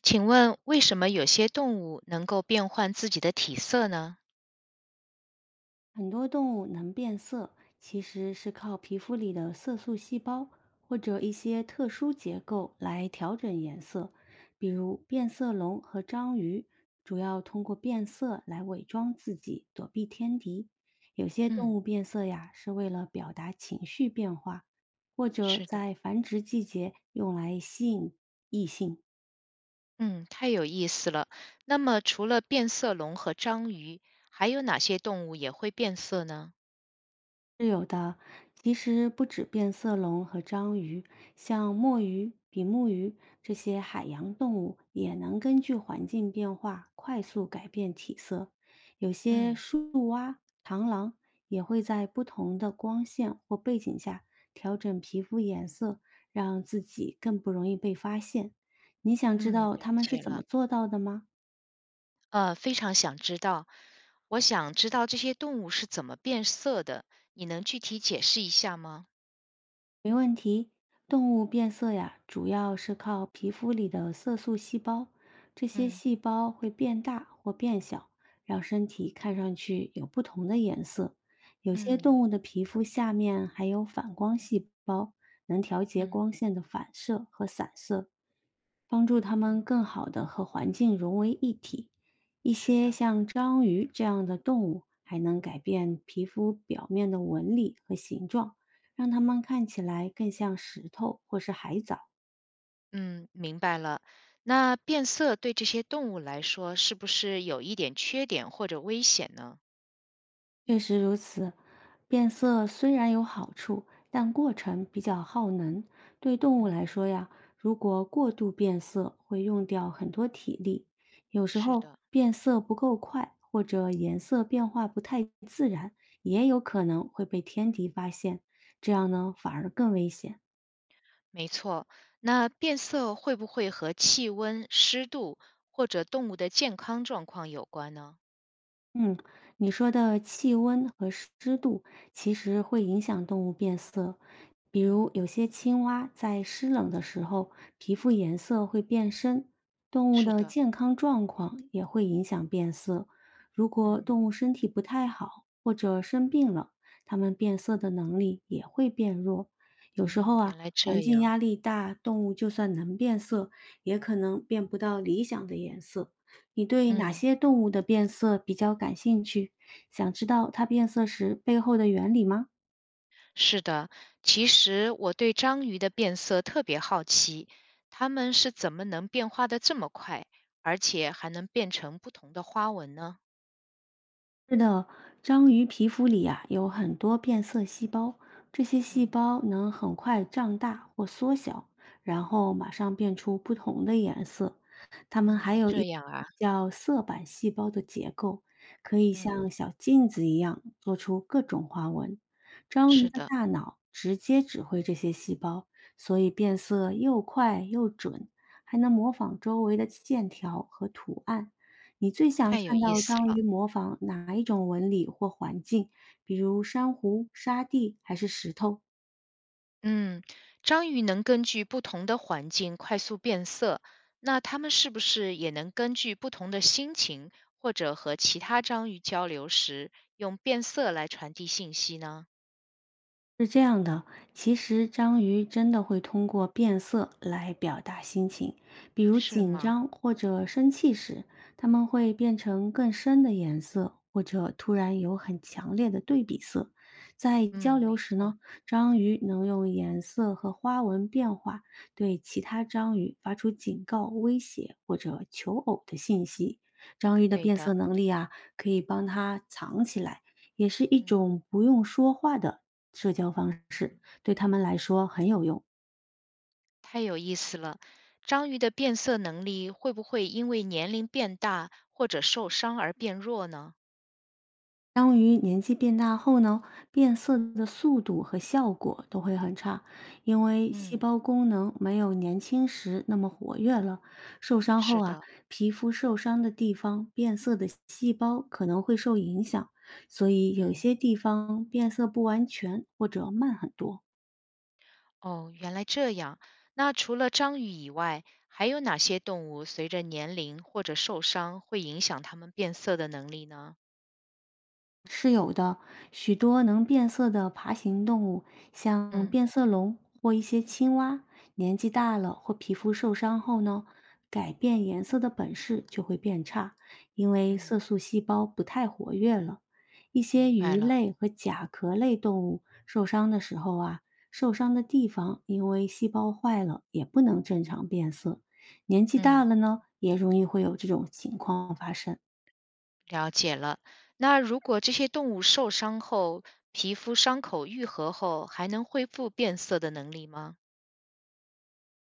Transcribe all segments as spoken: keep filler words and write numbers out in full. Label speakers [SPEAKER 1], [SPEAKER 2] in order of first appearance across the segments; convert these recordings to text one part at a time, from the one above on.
[SPEAKER 1] 请问为什么有些动物能够变换自己的体色呢？
[SPEAKER 2] 很多动物能变色，其实是靠皮肤里的色素细胞或者一些特殊结构来调整颜色，比如变色龙和章鱼，主要通过变色来伪装自己，躲避天敌。有些动
[SPEAKER 1] 嗯，
[SPEAKER 2] 物变色呀，是为了表达情绪变化，或者
[SPEAKER 1] 是的，
[SPEAKER 2] 在繁殖季节用来吸引异性。
[SPEAKER 1] 嗯，太有意思了。那么除了变色龙和章鱼，还有哪些动物也会变色呢？
[SPEAKER 2] 是有的，其实不止变色龙和章鱼，像墨鱼、比目鱼这些海洋动物也能根据环境变化快速改变体色。有些
[SPEAKER 1] 嗯
[SPEAKER 2] 树蛙、螳螂也会在不同的光线或背景下调整皮肤颜色，让自己更不容易被发现。你想知
[SPEAKER 1] 嗯，
[SPEAKER 2] 道它
[SPEAKER 1] 了
[SPEAKER 2] 们是
[SPEAKER 1] 解
[SPEAKER 2] 怎么
[SPEAKER 1] 了。
[SPEAKER 2] 做到的吗？
[SPEAKER 1] 呃，非常想知道，我想知道这些动物是怎么变色的，你能具体解释一下吗？
[SPEAKER 2] 没问题，动物变色呀，主要是靠皮肤里的色素细胞，这些
[SPEAKER 1] 嗯
[SPEAKER 2] 细胞会变大或变小，让身体看上去有不同的颜色。有些
[SPEAKER 1] 嗯，
[SPEAKER 2] 动
[SPEAKER 1] 有，
[SPEAKER 2] 物的皮肤下面还有反光细胞，能调节
[SPEAKER 1] 嗯
[SPEAKER 2] 光线的反射和散射。帮助它们
[SPEAKER 1] 嗯，
[SPEAKER 2] 更好的和环境融为一体。一
[SPEAKER 1] 是
[SPEAKER 2] 些
[SPEAKER 1] 的。
[SPEAKER 2] 像章鱼这样的动物还能改变皮肤表面的纹理和形状，让它们看起来更像石头或是海藻。
[SPEAKER 1] 嗯，明白了。那变色对这些动物来说，是不是有一点缺点或者危险呢？
[SPEAKER 2] 确实如此，变色虽然有好处，但过程比较耗能。对动物来
[SPEAKER 1] 嗯，
[SPEAKER 2] 说呀，如果过度变色，会用掉很多体力。有时
[SPEAKER 1] 是
[SPEAKER 2] 候
[SPEAKER 1] 的。
[SPEAKER 2] 变色不够快，或者颜色变化不太自然，也有可能会被天敌发现，这样呢反而更危险。
[SPEAKER 1] 没错，那变色会不会和气温、湿度或者动物的健康状况有关呢？
[SPEAKER 2] 嗯，你说的气温和湿度其实会影响动物变色，比
[SPEAKER 1] 嗯，
[SPEAKER 2] 如有些青蛙在湿冷的时候，皮肤颜色会变深，动物
[SPEAKER 1] 是
[SPEAKER 2] 的
[SPEAKER 1] 的，
[SPEAKER 2] 健康状况也会影响变色。如果
[SPEAKER 1] 嗯
[SPEAKER 2] 动物身体不太好或者生病了，它们变色的能力也会变弱。有时候
[SPEAKER 1] 嗯，
[SPEAKER 2] 啊，
[SPEAKER 1] 原来
[SPEAKER 2] 环
[SPEAKER 1] 这
[SPEAKER 2] 境
[SPEAKER 1] 样。
[SPEAKER 2] 压力大，动物就算能变色，也可能变不到理想的颜色。你对哪
[SPEAKER 1] 嗯，
[SPEAKER 2] 些动物的变色比较感兴趣？想知道它变色时背后的原理吗？
[SPEAKER 1] 是的。其实我对章鱼的变色特别好奇，它们是怎么能变化的这么快，而且还能变成不同的花纹呢？
[SPEAKER 2] 是的，章鱼皮肤里啊有很多变色细胞，这些细
[SPEAKER 1] 嗯。
[SPEAKER 2] 胞能很快胀大或缩小，然后马上变出不同的颜色。它们还
[SPEAKER 1] 嗯，
[SPEAKER 2] 有
[SPEAKER 1] 这
[SPEAKER 2] 一
[SPEAKER 1] 样啊，
[SPEAKER 2] 叫色板细胞的结构，可以
[SPEAKER 1] 嗯，
[SPEAKER 2] 像小镜子一样做出各种花纹。章鱼
[SPEAKER 1] 是
[SPEAKER 2] 的
[SPEAKER 1] 的，
[SPEAKER 2] 大脑直接指挥这些细胞，所以变色又快又准，还能模仿周围的线条和图案。你最想
[SPEAKER 1] 太有
[SPEAKER 2] 看
[SPEAKER 1] 意
[SPEAKER 2] 到
[SPEAKER 1] 思
[SPEAKER 2] 章鱼
[SPEAKER 1] 了。
[SPEAKER 2] 模仿哪一种纹理或环境？比如珊瑚、沙地还是石头？
[SPEAKER 1] 嗯，章鱼能根据不同的环境快速变色，那它们是不是也能根据不同的心情，或者和其他章鱼交流时，用变色来传递信息呢？
[SPEAKER 2] 是这样的，其实章鱼真的会通过变色来表达心情，比如
[SPEAKER 1] 是
[SPEAKER 2] 紧
[SPEAKER 1] 吗？
[SPEAKER 2] 张或者生气时，它们会变成更深的颜色，或者突然有很强烈的对比色。在交
[SPEAKER 1] 嗯，
[SPEAKER 2] 流
[SPEAKER 1] 没
[SPEAKER 2] 时
[SPEAKER 1] 错，
[SPEAKER 2] 呢，章鱼能用颜色和花纹变化对其他章鱼发出警告、威胁或者求偶的信息。章鱼的
[SPEAKER 1] 对
[SPEAKER 2] 变色
[SPEAKER 1] 的。
[SPEAKER 2] 能力啊，可以帮它藏起来，也是一
[SPEAKER 1] 嗯，
[SPEAKER 2] 种不用说话的社交方式对他们来说很有用。
[SPEAKER 1] 太有意思了。章鱼的变色能力会不会因为年龄变大或者受伤而变弱呢？
[SPEAKER 2] 章鱼年纪变大后呢，变色的速度和效果都会很差，因为细
[SPEAKER 1] 嗯，
[SPEAKER 2] 胞功能没有年轻时那么活跃了。受伤
[SPEAKER 1] 是
[SPEAKER 2] 后啊，
[SPEAKER 1] 的，
[SPEAKER 2] 皮肤受伤的地方变色的细胞可能会受影响，所以有
[SPEAKER 1] 嗯。
[SPEAKER 2] 些地方变色不完全或者慢很多。
[SPEAKER 1] 哦，原来这样。那除了章鱼以外，还有哪些动物随着年龄或者受伤会影响它们变色的能力呢？
[SPEAKER 2] 是有的，许多能变色的爬行动物，像
[SPEAKER 1] 嗯
[SPEAKER 2] 变色龙或一些青蛙，年纪大了或皮肤受伤后呢，改变颜色的本事就会变差，因为色
[SPEAKER 1] 嗯，
[SPEAKER 2] 素细胞不太活跃了。一些
[SPEAKER 1] 明白
[SPEAKER 2] 鱼
[SPEAKER 1] 了。
[SPEAKER 2] 类和甲壳类动物受伤的时候啊，受伤的地方因为细胞坏了，也不能正常变色。年纪大
[SPEAKER 1] 嗯，
[SPEAKER 2] 了呢，也容易会有这种情况发生。
[SPEAKER 1] 了解了。那如果这些动物受伤后，皮肤伤口愈合后，还能恢复变色的能力吗？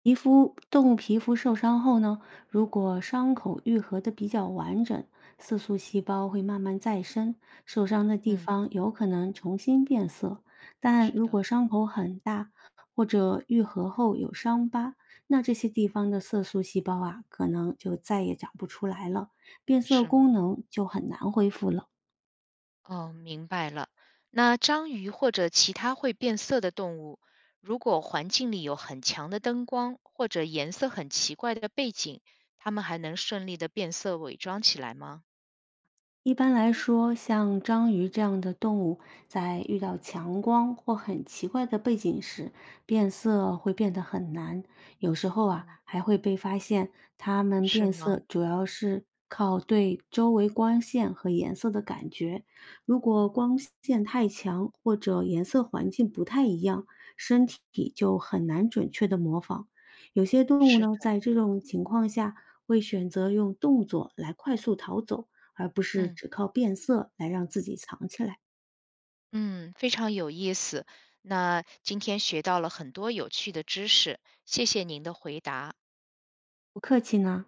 [SPEAKER 2] 皮肤动物皮肤受伤后呢，如果伤口愈合的比较完整，色素细胞会慢慢再生，受伤的地
[SPEAKER 1] 嗯，
[SPEAKER 2] 方有可能重新变色。但
[SPEAKER 1] 是
[SPEAKER 2] 如果
[SPEAKER 1] 的，
[SPEAKER 2] 伤口很大，或者愈合后有伤疤，那这些地方的色素细胞啊，可能就再也长不出来了，变色
[SPEAKER 1] 是
[SPEAKER 2] 功
[SPEAKER 1] 吗？
[SPEAKER 2] 能就很难恢复了。
[SPEAKER 1] 哦，明白了。那章鱼或者其他会变色的动物，如果环境里有很强的灯光或者颜色很奇怪的背景，它们还能顺利的变色伪装起来吗？
[SPEAKER 2] 一般来说，像章鱼这样的动物，在遇到强光或很奇怪的背景时，变色会变得很难。有时候啊，
[SPEAKER 1] 嗯，
[SPEAKER 2] 还会被发现它们
[SPEAKER 1] 是
[SPEAKER 2] 变色
[SPEAKER 1] 吗？
[SPEAKER 2] 主要是靠对周围光线和颜色的感觉。如果
[SPEAKER 1] 嗯，
[SPEAKER 2] 光线太强或者颜色环境不太一样，身体就很难准确的模仿。有些动物
[SPEAKER 1] 是的。
[SPEAKER 2] 呢，在这种情况下会选择用动作来快速逃走。而不是
[SPEAKER 1] 嗯
[SPEAKER 2] 只靠变色来让自己藏起来。
[SPEAKER 1] 嗯，非常有意思。那今天学到了很多有趣的知识，谢谢您的回答。
[SPEAKER 2] 不客气呢。